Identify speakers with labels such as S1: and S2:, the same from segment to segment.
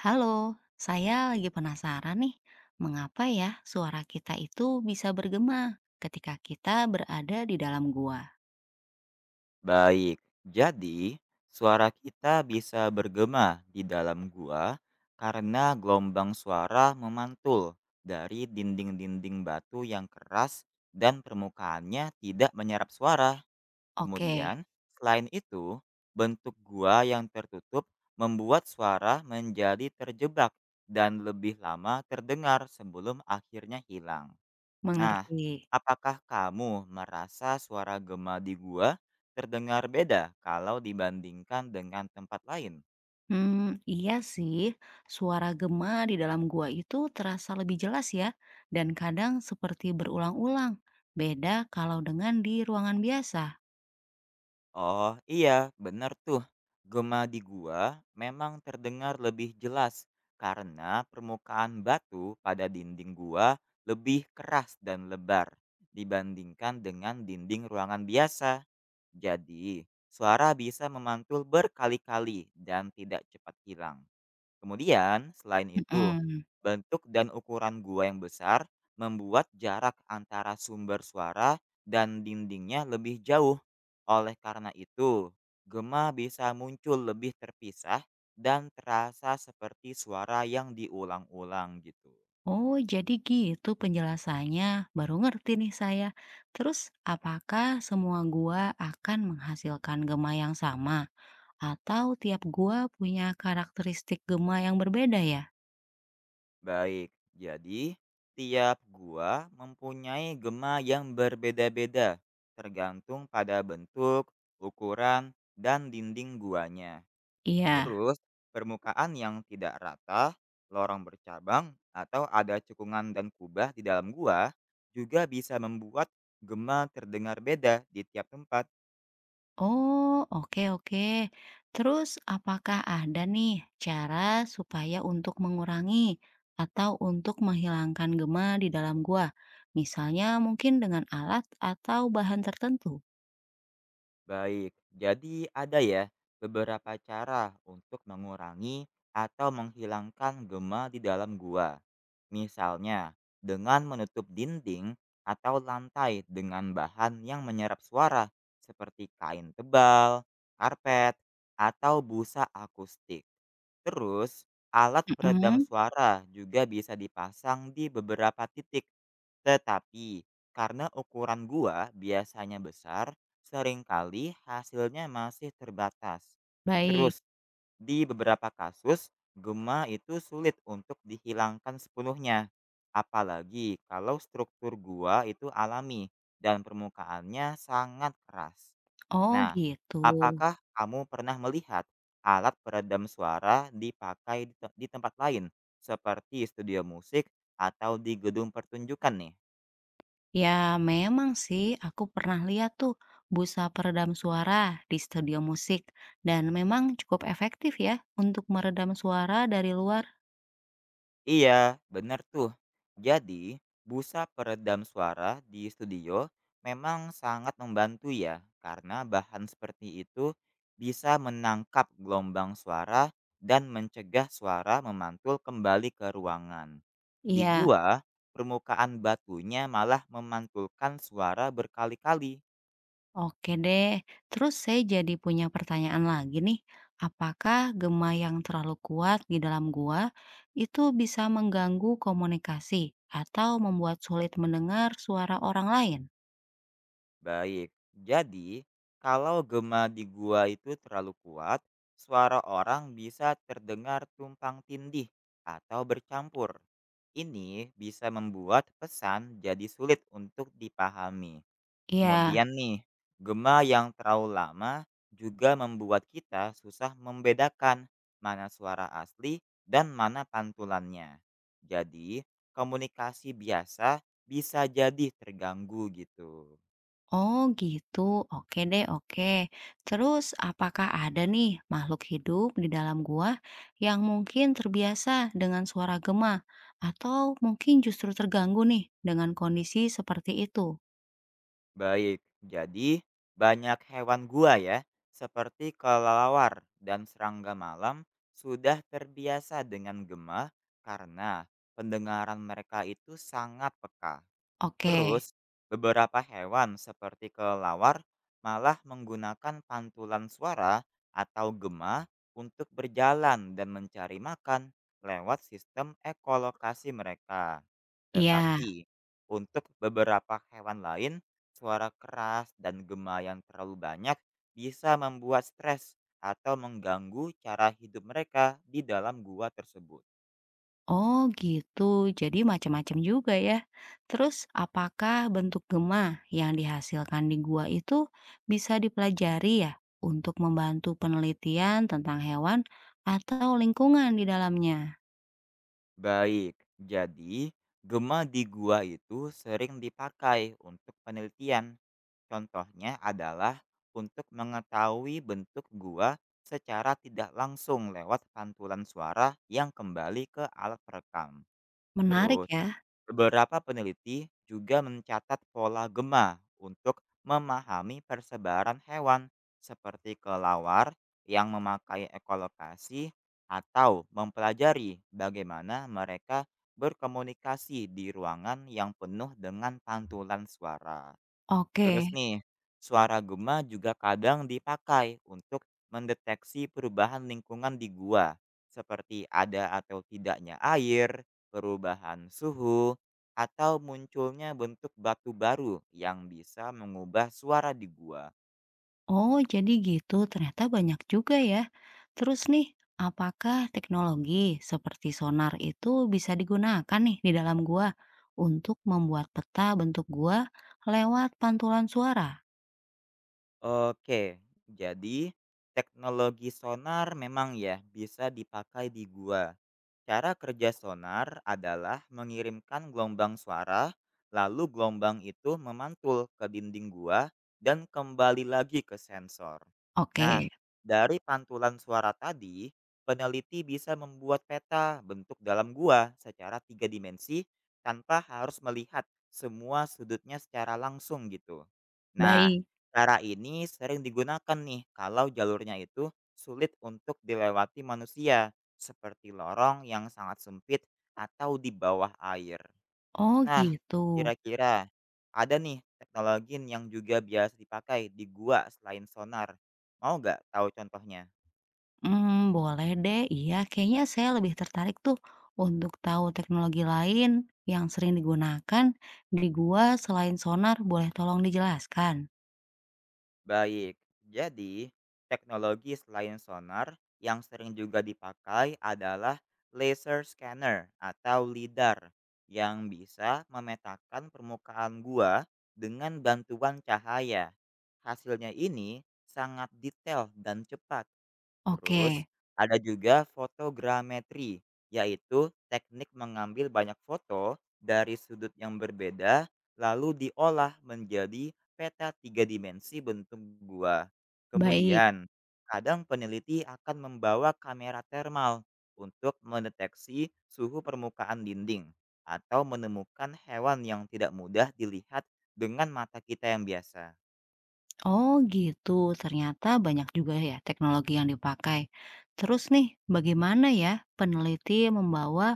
S1: Halo, saya lagi penasaran nih, mengapa ya suara kita itu bisa bergema ketika kita berada di dalam gua?
S2: Baik, jadi suara kita bisa bergema di dalam gua karena gelombang suara memantul dari dinding-dinding batu yang keras dan permukaannya tidak menyerap suara.
S1: Oke,
S2: Kemudian, selain itu, bentuk gua yang tertutup membuat suara menjadi terjebak dan lebih lama terdengar sebelum akhirnya hilang. Nah,
S1: mengerti.
S2: apakah kamu merasa suara gema di gua terdengar beda kalau dibandingkan dengan tempat lain?
S1: Hmm, iya sih, suara gema di dalam gua itu terasa lebih jelas ya, dan kadang seperti berulang-ulang. Beda kalau dengan di ruangan biasa.
S2: Oh iya, benar tuh. Gema di gua memang terdengar lebih jelas karena permukaan batu pada dinding gua lebih keras dan lebar dibandingkan dengan dinding ruangan biasa. Jadi, suara bisa memantul berkali-kali dan tidak cepat hilang. Kemudian, selain itu,
S1: Mm-mm.
S2: bentuk dan ukuran gua yang besar membuat jarak antara sumber suara dan dindingnya lebih jauh. Oleh karena itu, gema bisa muncul lebih terpisah dan terasa seperti suara yang diulang-ulang gitu.
S1: Oh, jadi gitu penjelasannya. Baru ngerti nih saya. Terus, apakah semua gua akan menghasilkan gema yang sama? Atau tiap gua punya karakteristik gema yang berbeda ya?
S2: Baik, jadi tiap gua mempunyai gema yang berbeda-beda tergantung pada bentuk, ukuran, dan dinding guanya.
S1: Iya.
S2: Terus, permukaan yang tidak rata, lorong bercabang, atau ada cekungan dan kubah di dalam gua juga bisa membuat gema terdengar beda di tiap tempat.
S1: Oh, oke oke. Terus, apakah ada nih cara supaya untuk mengurangi atau untuk menghilangkan gema di dalam gua? Misalnya mungkin dengan alat atau bahan tertentu.
S2: Baik, jadi ada ya beberapa cara untuk mengurangi atau menghilangkan gema di dalam gua. Misalnya, dengan menutup dinding atau lantai dengan bahan yang menyerap suara seperti kain tebal, karpet, atau busa akustik. Terus, alat peredam
S1: Mm-mm.
S2: suara juga bisa dipasang di beberapa titik. Tetapi, karena ukuran gua biasanya besar, seringkali hasilnya masih terbatas.
S1: Baik.
S2: Terus, di beberapa kasus, gema itu sulit untuk dihilangkan sepenuhnya. Apalagi kalau struktur gua itu alami dan permukaannya sangat keras.
S1: Oh
S2: Nah,
S1: gitu.
S2: apakah kamu pernah melihat alat peredam suara dipakai di tempat lain, seperti studio musik atau di gedung pertunjukan nih?
S1: Ya memang sih aku pernah lihat tuh busa peredam suara di studio musik dan memang cukup efektif ya untuk meredam suara dari luar.
S2: Iya, benar tuh. Jadi, busa peredam suara di studio memang sangat membantu ya, karena bahan seperti itu bisa menangkap gelombang suara dan mencegah suara memantul kembali ke ruangan. Di
S1: Iya,
S2: gua, permukaan batunya malah memantulkan suara berkali-kali.
S1: oke deh. Terus saya jadi punya pertanyaan lagi nih. Apakah gema yang terlalu kuat di dalam gua itu bisa mengganggu komunikasi atau membuat sulit mendengar suara orang lain?
S2: Baik, jadi kalau gema di gua itu terlalu kuat, suara orang bisa terdengar tumpang tindih atau bercampur. Ini bisa membuat pesan jadi sulit untuk dipahami.
S1: Iya.
S2: Kemudian nih, gema yang terlalu lama juga membuat kita susah membedakan mana suara asli dan mana pantulannya. Jadi, komunikasi biasa bisa jadi terganggu gitu.
S1: Oh gitu, oke deh oke. Terus apakah ada nih makhluk hidup di dalam gua yang mungkin terbiasa dengan suara gema atau mungkin justru terganggu nih dengan kondisi seperti itu?
S2: Baik, jadi banyak hewan gua ya, seperti kelelawar dan serangga malam sudah terbiasa dengan gemah karena pendengaran mereka itu sangat peka.
S1: Oke,
S2: Terus, beberapa hewan seperti kelelawar malah menggunakan pantulan suara atau gema untuk berjalan dan mencari makan lewat sistem ekolokasi mereka.
S1: iya.
S2: Tetapi, untuk beberapa hewan lain, suara keras dan gema yang terlalu banyak bisa membuat stres atau mengganggu cara hidup mereka di dalam gua tersebut.
S1: Oh gitu, jadi macam-macam juga ya. Terus apakah bentuk gema yang dihasilkan di gua itu bisa dipelajari ya untuk membantu penelitian tentang hewan atau lingkungan di dalamnya?
S2: Baik, jadi gema di gua itu sering dipakai untuk penelitian. Contohnya adalah untuk mengetahui bentuk gua secara tidak langsung lewat pantulan suara yang kembali ke alat perekam.
S1: Menarik
S2: Terus,
S1: ya.
S2: beberapa peneliti juga mencatat pola gema untuk memahami persebaran hewan, seperti kelawar yang memakai ekolokasi atau mempelajari bagaimana mereka berkomunikasi di ruangan yang penuh dengan pantulan suara. Terus
S1: Oke.
S2: nih, suara gema juga kadang dipakai untuk mendeteksi perubahan lingkungan di gua, seperti ada atau tidaknya air, perubahan suhu, atau munculnya bentuk batu baru yang bisa mengubah suara di gua.
S1: Oh, jadi gitu. Ternyata banyak juga ya. Terus nih, apakah teknologi seperti sonar itu bisa digunakan nih di dalam gua untuk membuat peta bentuk gua lewat pantulan suara?
S2: Oke, jadi teknologi sonar memang ya bisa dipakai di gua. Cara kerja sonar adalah mengirimkan gelombang suara, lalu gelombang itu memantul ke dinding gua dan kembali lagi ke sensor.
S1: Oke,
S2: Nah, dari pantulan suara tadi, peneliti bisa membuat peta bentuk dalam gua secara tiga dimensi tanpa harus melihat semua sudutnya secara langsung gitu. Nah,
S1: baik.
S2: cara ini sering digunakan nih kalau jalurnya itu sulit untuk dilewati manusia, seperti lorong yang sangat sempit atau di bawah air.
S1: Oh,
S2: Nah,
S1: gitu.
S2: kira-kira ada nih teknologi yang juga biasa dipakai di gua selain sonar. Mau nggak tahu contohnya?
S1: Boleh deh. Iya, kayaknya saya lebih tertarik tuh untuk tahu teknologi lain yang sering digunakan di gua selain sonar. Boleh tolong dijelaskan?
S2: Baik, jadi teknologi selain sonar yang sering juga dipakai adalah laser scanner atau lidar yang bisa memetakan permukaan gua dengan bantuan cahaya. Hasilnya ini sangat detail dan cepat. Terus
S1: Oke.
S2: ada juga fotogrametri, yaitu teknik mengambil banyak foto dari sudut yang berbeda lalu diolah menjadi peta tiga dimensi bentuk gua.
S1: Baik.
S2: Kemudian, kadang peneliti akan membawa kamera termal untuk mendeteksi suhu permukaan dinding atau menemukan hewan yang tidak mudah dilihat dengan mata kita yang biasa.
S1: Oh gitu, ternyata banyak juga ya teknologi yang dipakai. Terus nih, bagaimana ya peneliti membawa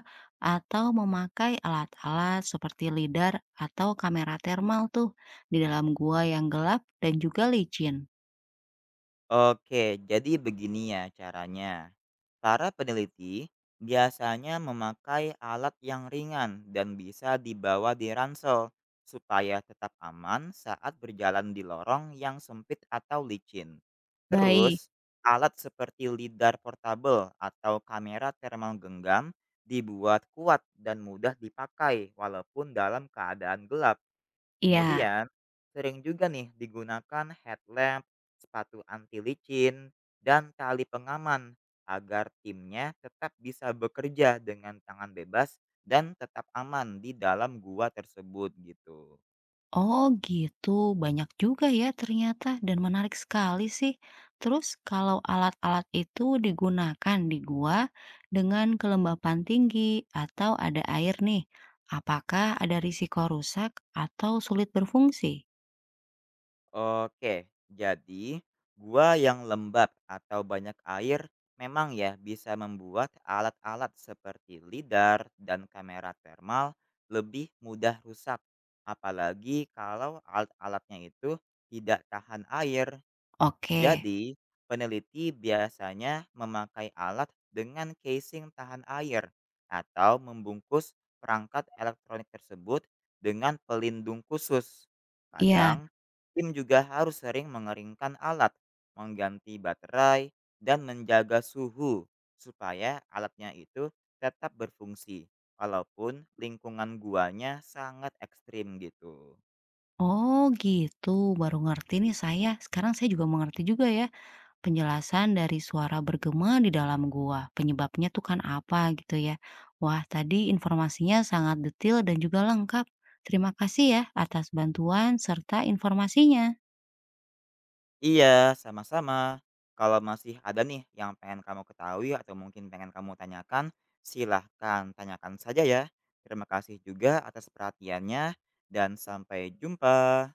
S1: atau memakai alat-alat seperti lidar atau kamera termal tuh di dalam gua yang gelap dan juga licin?
S2: Oke, jadi begini ya caranya. Para peneliti biasanya memakai alat yang ringan dan bisa dibawa di ransel supaya tetap aman saat berjalan di lorong yang sempit atau licin.
S1: Baik,
S2: Terus, alat seperti lidar portabel atau kamera thermal genggam dibuat kuat dan mudah dipakai walaupun dalam keadaan gelap.
S1: iya.
S2: Kemudian, sering juga nih digunakan headlamp, sepatu anti licin, dan tali pengaman agar timnya tetap bisa bekerja dengan tangan bebas dan tetap aman di dalam gua tersebut gitu.
S1: Oh gitu, banyak juga ya ternyata dan menarik sekali sih. Terus kalau alat-alat itu digunakan di gua dengan kelembapan tinggi atau ada air nih, apakah ada risiko rusak atau sulit berfungsi?
S2: Oke, jadi gua yang lembab atau banyak air memang ya bisa membuat alat-alat seperti lidar dan kamera termal lebih mudah rusak. Apalagi kalau alat-alatnya itu tidak tahan air.
S1: Oke,
S2: Jadi, peneliti biasanya memakai alat dengan casing tahan air atau membungkus perangkat elektronik tersebut dengan pelindung khusus.
S1: iya.
S2: Kadang, tim juga harus sering mengeringkan alat, mengganti baterai, dan menjaga suhu supaya alatnya itu tetap berfungsi walaupun lingkungan guanya sangat ekstrim gitu.
S1: Oh gitu, baru ngerti nih saya. Sekarang saya juga mengerti juga ya. Penjelasan dari suara bergema di dalam gua. Penyebabnya tuh kan apa gitu ya. Wah, tadi informasinya sangat detail dan juga lengkap. Terima kasih ya atas bantuan serta informasinya.
S2: Iya, sama-sama. Kalau masih ada nih yang pengen kamu ketahui atau mungkin pengen kamu tanyakan, silahkan tanyakan saja ya. Terima kasih juga atas perhatiannya, dan sampai jumpa.